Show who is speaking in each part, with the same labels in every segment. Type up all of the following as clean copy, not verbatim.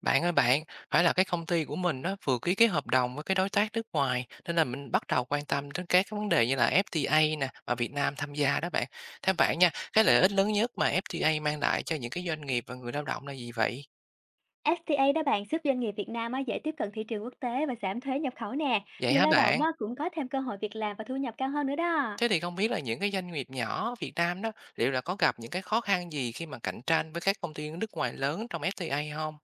Speaker 1: Bạn ơi bạn, phải là cái công ty của mình nó vừa ký cái hợp đồng với cái đối tác nước ngoài nên là mình bắt đầu quan tâm đến các cái vấn đề như là FTA nè mà Việt Nam tham gia đó bạn. Theo bạn nha, cái lợi ích lớn nhất mà FTA mang lại cho những cái doanh nghiệp và người lao động là gì vậy?
Speaker 2: FTA đó bạn giúp doanh nghiệp Việt Nam á, dễ tiếp cận thị trường quốc tế và giảm thuế nhập khẩu nè.
Speaker 1: Vậy
Speaker 2: Người
Speaker 1: hả
Speaker 2: lao động
Speaker 1: bạn?
Speaker 2: á, cũng có thêm cơ hội việc làm và thu nhập cao hơn nữa đó.
Speaker 1: Thế thì không biết là những cái doanh nghiệp nhỏ ở Việt Nam đó liệu là có gặp những cái khó khăn gì khi mà cạnh tranh với các công ty nước ngoài lớn trong FTA không?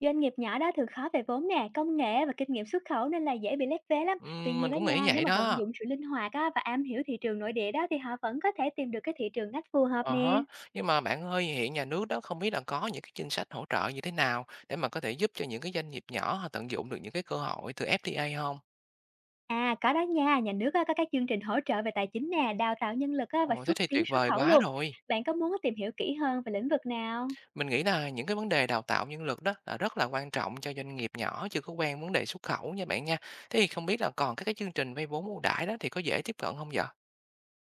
Speaker 2: Doanh nghiệp nhỏ đó thường khó về vốn nè, công nghệ và kinh nghiệm xuất khẩu nên là dễ bị lép vế lắm. Tuy nhiên
Speaker 1: Mình
Speaker 2: đó
Speaker 1: cũng nghĩ
Speaker 2: nha, nếu
Speaker 1: vậy
Speaker 2: mà vận
Speaker 1: đó.
Speaker 2: dụng sự linh hoạt á, và am hiểu thị trường nội địa đó thì họ vẫn có thể tìm được cái thị trường ngách phù hợp
Speaker 1: Ờ
Speaker 2: nè.
Speaker 1: há, nhưng mà bạn ơi, hiện nhà nước đó không biết là có những cái chính sách hỗ trợ như thế nào để mà có thể giúp cho những cái doanh nghiệp nhỏ họ tận dụng được những cái cơ hội từ FTA không?
Speaker 2: À có đó nha, nhà nước á, có các chương trình hỗ trợ về tài chính nè, đào tạo nhân lực á, và
Speaker 1: Ồ, thế
Speaker 2: xúc
Speaker 1: thì
Speaker 2: tiến
Speaker 1: tuyệt
Speaker 2: xuất
Speaker 1: vời
Speaker 2: khẩu
Speaker 1: quá
Speaker 2: luôn.
Speaker 1: rồi.
Speaker 2: Bạn có muốn tìm hiểu kỹ hơn về lĩnh vực nào?
Speaker 1: Mình nghĩ là những cái vấn đề đào tạo nhân lực đó là rất là quan trọng cho doanh nghiệp nhỏ chưa có quen vấn đề xuất khẩu nha bạn nha. Thế thì không biết là còn các cái chương trình vay vốn ưu đãi đó thì có dễ tiếp cận không vậy?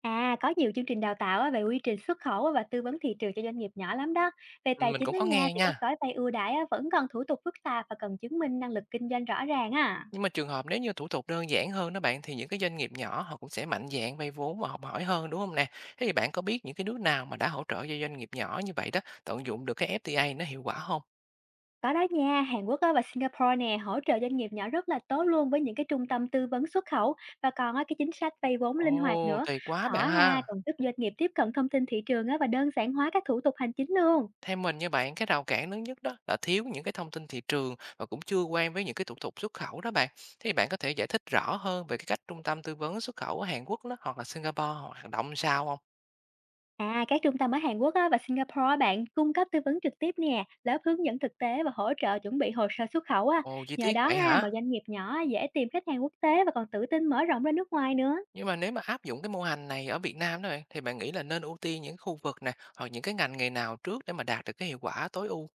Speaker 2: À, có nhiều chương trình đào tạo á, về quy trình xuất khẩu á và tư vấn thị trường cho doanh nghiệp nhỏ lắm đó. Về tài
Speaker 1: Mình
Speaker 2: chính
Speaker 1: cũng
Speaker 2: đó
Speaker 1: có
Speaker 2: nha,
Speaker 1: nghe
Speaker 2: thì các
Speaker 1: nha.
Speaker 2: gói vay ưu đãi á, vẫn còn thủ tục phức tạp và cần chứng minh năng lực kinh doanh rõ ràng à.
Speaker 1: Nhưng mà trường hợp nếu như thủ tục đơn giản hơn đó bạn, thì những cái doanh nghiệp nhỏ họ cũng sẽ mạnh dạn vay vốn và học hỏi hơn, đúng không nè? Thế thì bạn có biết những cái nước nào mà đã hỗ trợ cho doanh nghiệp nhỏ như vậy đó tận dụng được cái FTA nó hiệu quả không?
Speaker 2: Có đó nha, Hàn Quốc á, và Singapore nè hỗ trợ doanh nghiệp nhỏ rất là tốt luôn, với những cái trung tâm tư vấn xuất khẩu và còn á, cái chính sách vay vốn linh hoạt
Speaker 1: Ồ,
Speaker 2: nữa.
Speaker 1: tuyệt quá
Speaker 2: Họ
Speaker 1: bạn
Speaker 2: ha
Speaker 1: ha.
Speaker 2: còn giúp doanh nghiệp tiếp cận thông tin thị trường á, và đơn giản hóa các thủ tục hành chính luôn.
Speaker 1: Theo mình như bạn, cái rào cản lớn nhất đó là thiếu những cái thông tin thị trường và cũng chưa quen với những cái thủ tục xuất khẩu đó bạn. Thế thì bạn có thể giải thích rõ hơn về cái cách trung tâm tư vấn xuất khẩu ở Hàn Quốc đó, hoặc là Singapore họ hoạt động sao không?
Speaker 2: À, các trung tâm ở Hàn Quốc á, và Singapore á bạn, cung cấp tư vấn trực tiếp nè, lớp hướng dẫn thực tế và hỗ trợ chuẩn bị hồ sơ xuất khẩu á.
Speaker 1: Ồ, chi
Speaker 2: Nhờ
Speaker 1: tiết
Speaker 2: đó
Speaker 1: vậy
Speaker 2: ha
Speaker 1: hả?
Speaker 2: mà doanh nghiệp nhỏ dễ tìm khách hàng quốc tế và còn tự tin mở rộng ra nước ngoài nữa.
Speaker 1: Nhưng mà nếu mà áp dụng cái mô hình này ở Việt Nam đó bạn, thì bạn nghĩ là nên ưu tiên những khu vực nè, hoặc những cái ngành nghề nào trước để mà đạt được cái hiệu quả tối ưu?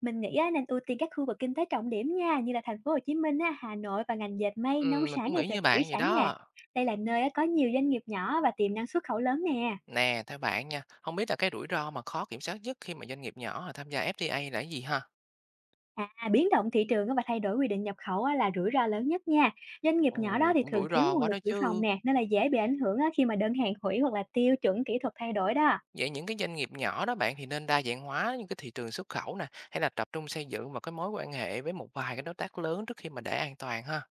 Speaker 2: Mình nghĩ á, nên ưu tiên các khu vực kinh tế trọng điểm nha, như là thành phố Hồ Chí Minh, á, Hà Nội và ngành dệt may, nông
Speaker 1: Mình
Speaker 2: sản
Speaker 1: cũng
Speaker 2: hay
Speaker 1: nghĩ
Speaker 2: thịt
Speaker 1: như
Speaker 2: thủy
Speaker 1: bạn vậy
Speaker 2: sản nè.
Speaker 1: đó.
Speaker 2: Đây là nơi á, có nhiều doanh nghiệp nhỏ và tiềm năng xuất khẩu lớn nè.
Speaker 1: Nè, theo bạn nha, không biết là cái rủi ro mà khó kiểm soát nhất khi mà doanh nghiệp nhỏ họ tham gia FTA là cái gì ha?
Speaker 2: À, biến động thị trường á và thay đổi quy định nhập khẩu á là rủi ro lớn nhất nha. Doanh nghiệp nhỏ đó
Speaker 1: Ồ,
Speaker 2: thì
Speaker 1: cũng
Speaker 2: thường
Speaker 1: rủi
Speaker 2: thiếu
Speaker 1: ro
Speaker 2: nguồn
Speaker 1: quá
Speaker 2: lực
Speaker 1: đó
Speaker 2: dự phòng
Speaker 1: chứ.
Speaker 2: nè, nên là dễ bị ảnh hưởng á khi mà đơn hàng hủy hoặc là tiêu chuẩn kỹ thuật thay đổi đó.
Speaker 1: Vậy những cái doanh nghiệp nhỏ đó bạn thì nên đa dạng hóa những cái thị trường xuất khẩu nè, hay là tập trung xây dựng vào cái mối quan hệ với một vài cái đối tác lớn trước khi mà, để an toàn ha?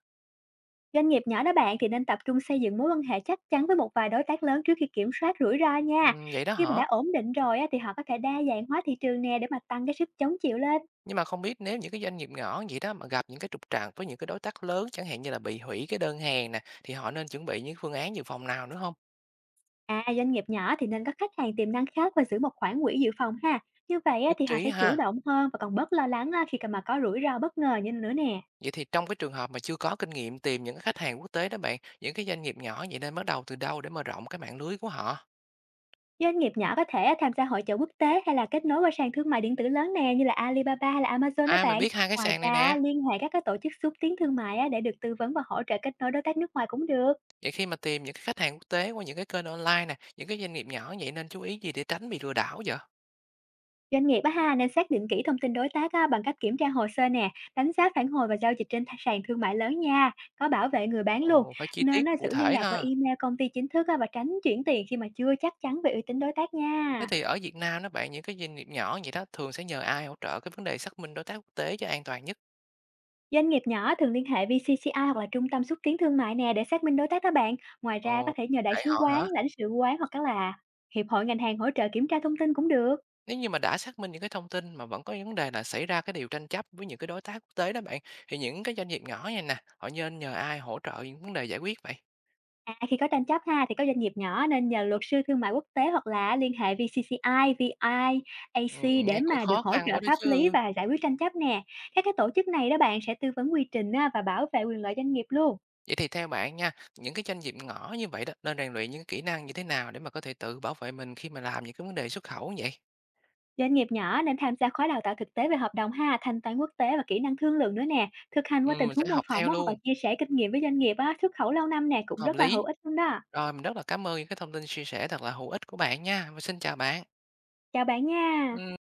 Speaker 2: Doanh nghiệp nhỏ đó bạn thì nên tập trung xây dựng mối quan hệ chắc chắn với một vài đối tác lớn trước khi kiểm soát rủi ro nha.
Speaker 1: Vậy đó
Speaker 2: Khi mà
Speaker 1: hả?
Speaker 2: đã ổn định rồi á, thì họ có thể đa dạng hóa thị trường nè, để mà tăng cái sức chống chịu lên.
Speaker 1: Nhưng mà không biết nếu những cái doanh nghiệp nhỏ gì đó mà gặp những cái trục trặc với những cái đối tác lớn, chẳng hạn như là bị hủy cái đơn hàng nè, thì họ nên chuẩn bị những phương án dự phòng nào nữa không?
Speaker 2: À, doanh nghiệp nhỏ thì nên có khách hàng tiềm năng khác và giữ một khoản quỹ dự phòng ha. Như vậy á,
Speaker 1: Nhất
Speaker 2: thì họ
Speaker 1: trí
Speaker 2: sẽ chủ
Speaker 1: ha.
Speaker 2: động hơn và còn bớt lo lắng á, khi mà có rủi ro bất ngờ như nữa nè.
Speaker 1: Vậy thì trong cái trường hợp mà chưa có kinh nghiệm tìm những cái khách hàng quốc tế đó bạn, những cái doanh nghiệp nhỏ vậy nên bắt đầu từ đâu để mở rộng cái mạng lưới của họ?
Speaker 2: Doanh nghiệp nhỏ có thể tham gia hội chợ quốc tế, hay là kết nối qua sàn thương mại điện tử lớn nè, như là Alibaba hay là Amazon đó
Speaker 1: À, mình
Speaker 2: bạn.
Speaker 1: biết hai cái
Speaker 2: Ngoài
Speaker 1: sàn này nè.
Speaker 2: ra, liên hệ các cái tổ chức xúc tiến thương mại á, để được tư vấn và hỗ trợ kết nối đối tác nước ngoài cũng được.
Speaker 1: Vậy khi mà tìm những cái khách hàng quốc tế qua những cái kênh online nè, những cái doanh nghiệp nhỏ vậy nên chú ý gì để tránh bị lừa đảo vậy?
Speaker 2: Doanh nghiệp á ha, nên xác định kỹ thông tin đối tác á, bằng cách kiểm tra hồ sơ nè, đánh giá phản hồi và giao dịch trên sàn thương mại lớn nha, có bảo vệ người bán luôn.
Speaker 1: Ồ, phải chi
Speaker 2: Nên
Speaker 1: tiết và
Speaker 2: nó giữ
Speaker 1: cụ
Speaker 2: liên
Speaker 1: thể
Speaker 2: lạc qua
Speaker 1: ha.
Speaker 2: email công ty chính thức á, và tránh chuyển tiền khi mà chưa chắc chắn về uy tín đối tác
Speaker 1: Thế
Speaker 2: nha.
Speaker 1: thì ở Việt Nam đó bạn, những cái doanh nghiệp nhỏ vậy đó thường sẽ nhờ ai hỗ trợ cái vấn đề xác minh đối tác quốc tế cho an toàn nhất?
Speaker 2: Doanh nghiệp nhỏ thường liên hệ VCCI hoặc là trung tâm xúc tiến thương mại nè, để xác minh đối tác đó bạn. Ngoài ra có
Speaker 1: Ồ,
Speaker 2: thể nhờ đại
Speaker 1: vậy
Speaker 2: sứ
Speaker 1: họ
Speaker 2: quán,
Speaker 1: hả?
Speaker 2: lãnh sự quán hoặc á là hiệp hội ngành hàng hỗ trợ kiểm tra thông tin cũng được.
Speaker 1: Nếu như mà đã xác minh những cái thông tin mà vẫn có vấn đề là xảy ra cái điều tranh chấp với những cái đối tác quốc tế đó bạn, thì những cái doanh nghiệp nhỏ này nè, họ nên nhờ ai hỗ trợ những vấn đề giải quyết vậy?
Speaker 2: À, khi có tranh chấp ha thì có doanh nghiệp nhỏ nên nhờ luật sư thương mại quốc tế, hoặc là liên hệ VCCI, VI, AC để
Speaker 1: Nghe cũng
Speaker 2: mà được
Speaker 1: khó
Speaker 2: hỗ
Speaker 1: khăn
Speaker 2: trợ
Speaker 1: quá đó
Speaker 2: pháp lý
Speaker 1: chứ.
Speaker 2: và giải quyết tranh chấp nè. Các cái tổ chức này đó bạn, sẽ tư vấn quy trình á, và bảo vệ quyền lợi doanh nghiệp luôn.
Speaker 1: Vậy thì theo bạn nha, những cái doanh nghiệp nhỏ như vậy đó nên rèn luyện những kỹ năng như thế nào để mà có thể tự bảo vệ mình khi mà làm những cái vấn đề xuất khẩu vậy?
Speaker 2: Doanh nghiệp nhỏ nên tham gia khóa đào tạo thực tế về hợp đồng ha, thanh toán quốc tế và kỹ năng thương lượng nữa nè. Thực hành qua tình
Speaker 1: Mình sẽ
Speaker 2: huống mô
Speaker 1: học
Speaker 2: phỏng
Speaker 1: theo
Speaker 2: á, hoặc là
Speaker 1: luôn.
Speaker 2: chia sẻ kinh nghiệm với doanh nghiệp á, xuất khẩu lâu năm nè cũng
Speaker 1: Hợp
Speaker 2: rất là hữu
Speaker 1: lý.
Speaker 2: ích luôn đó.
Speaker 1: Rồi, mình rất là cảm ơn những cái thông tin chia sẻ thật là hữu ích của bạn nha, và xin chào bạn.
Speaker 2: Chào bạn nha.
Speaker 1: Ừm.